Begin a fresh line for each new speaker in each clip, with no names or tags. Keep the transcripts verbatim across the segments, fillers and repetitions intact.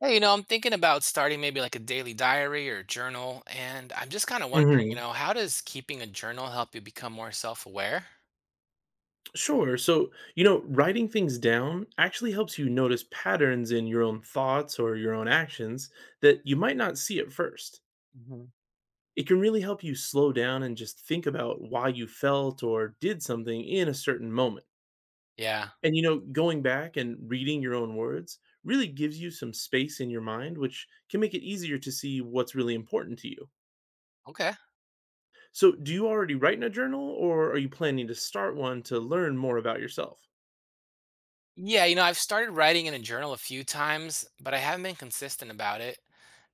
Hey, you know, I'm thinking about starting maybe like a daily diary or journal, and I'm just kind of wondering, you
Mhm.
know, how does keeping a journal help you become more self-aware?
Sure. So, you know, writing things down actually helps you notice patterns in your own thoughts or your own actions that you might not see at first.
Hmm.
It can really help you slow down and just think about why you felt or did something in a certain moment.
Yeah.
And, you know, going back and reading your own words really gives you some space in your mind, which can make it easier to see what's really important to you.
Okay.
So, do you already write in a journal or are you planning to start one to learn more about yourself?
Yeah, you know, I've started writing in a journal a few times, but I haven't been consistent about it.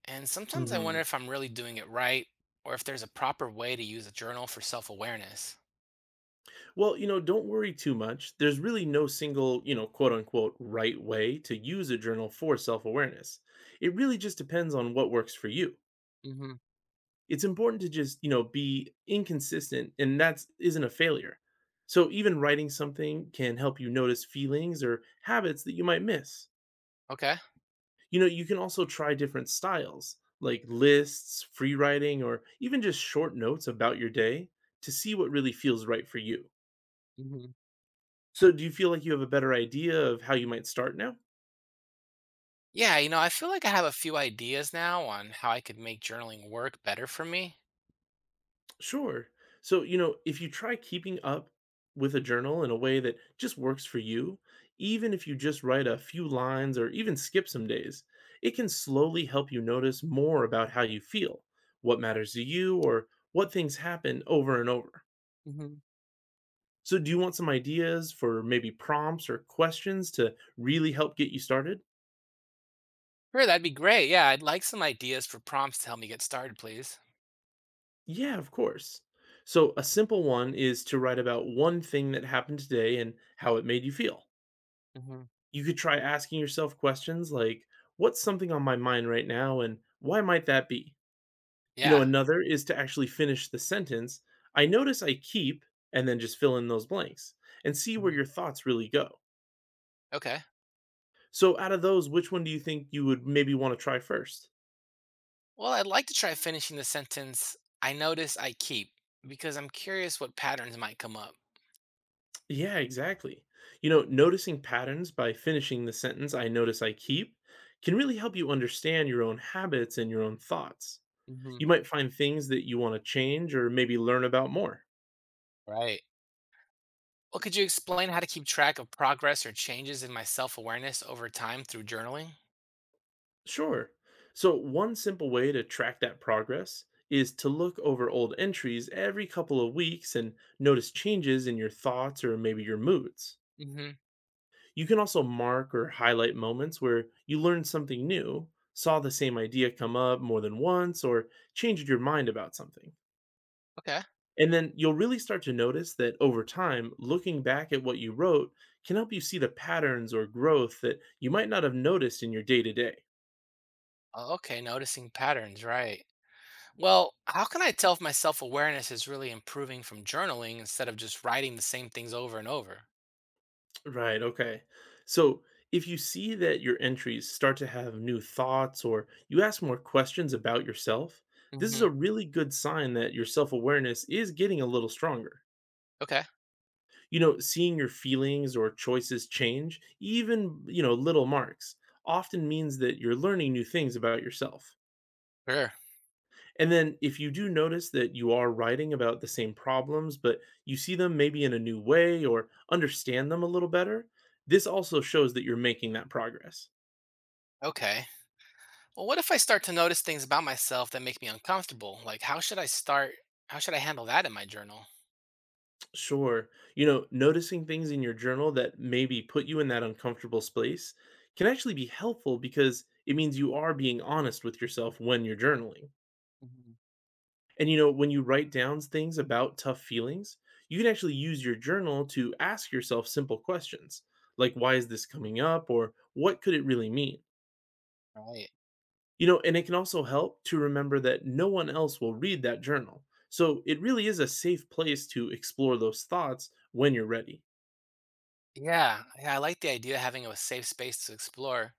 And sometimes I wonder
Mhm.
if I'm really doing it right or if there's a proper way to use a journal for self-awareness.
Well, you know, don't worry too much. There's really no single, you know, quote unquote, right way to use a journal for self awareness. It really just depends on what works for you.
Hmm.
It's important to just, you know, be inconsistent, and that's not a failure. So even writing something can help you notice feelings or habits that you might miss.
Okay.
You know, you can also try different styles like lists, free writing, or even just short notes about your day to see what really feels right for you.
Hmm.
So, do you feel like you have a better idea of how you might start now?
Yeah, you know, I feel like I have a few ideas now on how I could make journaling work better for me.
Sure. So, you know, if you try keeping up with a journal in a way that just works for you, even if you just write a few lines or even skip some days, it can slowly help you notice more about how you feel, what matters to you, or what things happen over and over. So, do you want some ideas for maybe prompts or questions to really help get you started?
Sure, that'd be great. Yeah, I'd like some ideas for prompts to help me get started, please.
Yeah, of course. So, a simple one is to write about one thing that happened today and how it made you feel.
Hmm.
You could try asking yourself questions like, what's something on my mind right now and why might that be? You know,
Yeah.
another is to actually finish the sentence I notice I keep, and then just fill in those blanks and see where
Mhm.
your thoughts really go.
Okay.
So, out of those, which one do you think you would maybe want to try first?
Well, I'd like to try finishing the sentence I notice I keep because I'm curious what patterns might come up.
Yeah, exactly. You know, noticing patterns by finishing the sentence I notice I keep can really help you understand your own habits and your own thoughts.
Hmm.
You might find things that you want to change or maybe learn about more.
Right. Well, could you explain how to keep track of progress or changes in my self awareness over time through journaling?
Sure. So, one simple way to track that progress is to look over old entries every couple of weeks and notice changes in your thoughts or maybe your moods.
Hmm.
You can also mark or highlight moments where you learned something new, saw the same idea come up more than once, or changed your mind about something.
Okay.
And then you'll really start to notice that over time, looking back at what you wrote can help you see the patterns or growth that you might not have noticed in your day to day.
Oh, okay, noticing patterns, right. Well, how can I tell if my self awareness is really improving from journaling instead of just writing the same things over and over?
Right, okay. So if you see that your entries start to have new thoughts or you ask more questions about yourself, this is
Hmm.
a really good sign that your self awareness is getting a little stronger.
Okay,
You know, seeing your feelings or choices change, even, you know, little marks, often means that you're learning new things about yourself.
sure.
And then if you do notice that you are writing about the same problems but you see them maybe in a new way or understand them a little better, this also shows that you're making that progress.
Okay. Well, what if I start to notice things about myself that make me uncomfortable? Like, how should I start? how should I handle that in my journal?
Sure, you know, noticing things in your journal that maybe put you in that uncomfortable space can actually be helpful because it means you are being honest with yourself when you're journaling.
Mhm.
And you know, when you write down things about tough feelings, you can actually use your journal to ask yourself simple questions like, why is this coming up? Or what could it really mean?
Right.
You know, and it can also help to remember that no one else will read that journal. So it really is a safe place to explore those thoughts when you're ready.
Yeah, yeah, I like the idea of having a safe space to explore.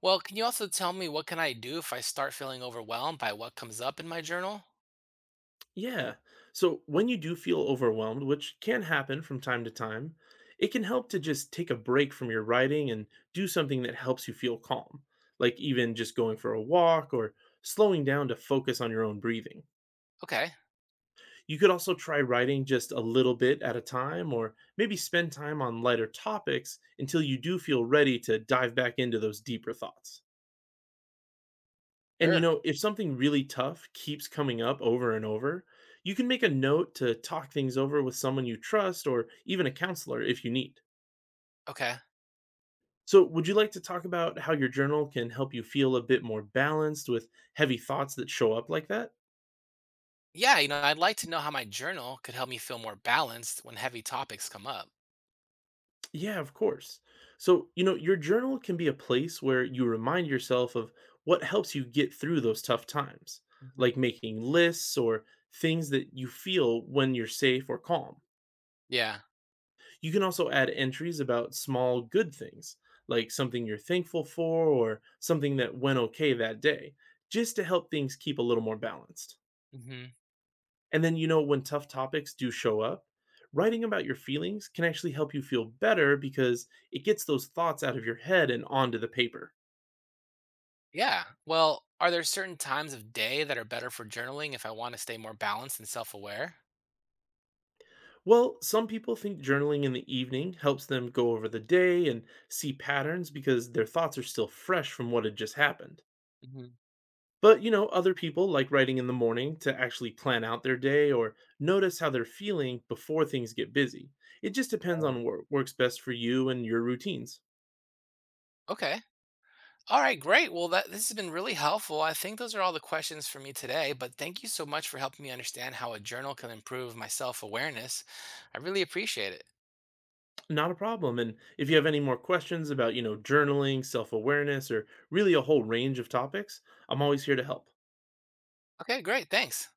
Well, can you also tell me what can I do if I start feeling overwhelmed by what comes up in my journal?
Yeah. So when you do feel overwhelmed, which can happen from time to time, it can help to just take a break from your writing and do something that helps you feel calm, like even just going for a walk or slowing down to focus on your own breathing.
Okay.
You could also try writing just a little bit at a time, or maybe spend time on lighter topics until you do feel ready to dive back into those deeper thoughts. And, you
Sure.
know, if something really tough keeps coming up over and over, you can make a note to talk things over with someone you trust or even a counselor if you need.
Okay.
So, would you like to talk about how your journal can help you feel a bit more balanced with heavy thoughts that show up like that?
Yeah, you know, I'd like to know how my journal could help me feel more balanced when heavy topics come up.
Yeah, of course. So, you know, your journal can be a place where you remind yourself of what helps you get through those tough times,
Mhm.
like making lists or things that you feel when you're safe or calm.
Yeah.
You can also add entries about small good things, like something you're thankful for or something that went okay that day, just to help things keep a little more balanced.
Mm-hmm.
And then, you know, when tough topics do show up, writing about your feelings can actually help you feel better because it gets those thoughts out of your head and onto the paper.
Yeah. Well, are there certain times of day that are better for journaling if I want to stay more balanced and self aware?
Well, some people think journaling in the evening helps them go over the day and see patterns because their thoughts are still fresh from what had just happened.
Hmm.
But, you know, other people like writing in the morning to actually plan out their day or notice how they're feeling before things get busy. It just depends
Right.
on what works best for you and your routines.
Okay. All right, great. Well, that this has been really helpful. I think those are all the questions for me today, but thank you so much for helping me understand how a journal can improve my self-awareness. I really appreciate it.
Not a problem. And if you have any more questions about, you know, journaling, self awareness, or really a whole range of topics, I'm always here to help.
Okay, great. Thanks.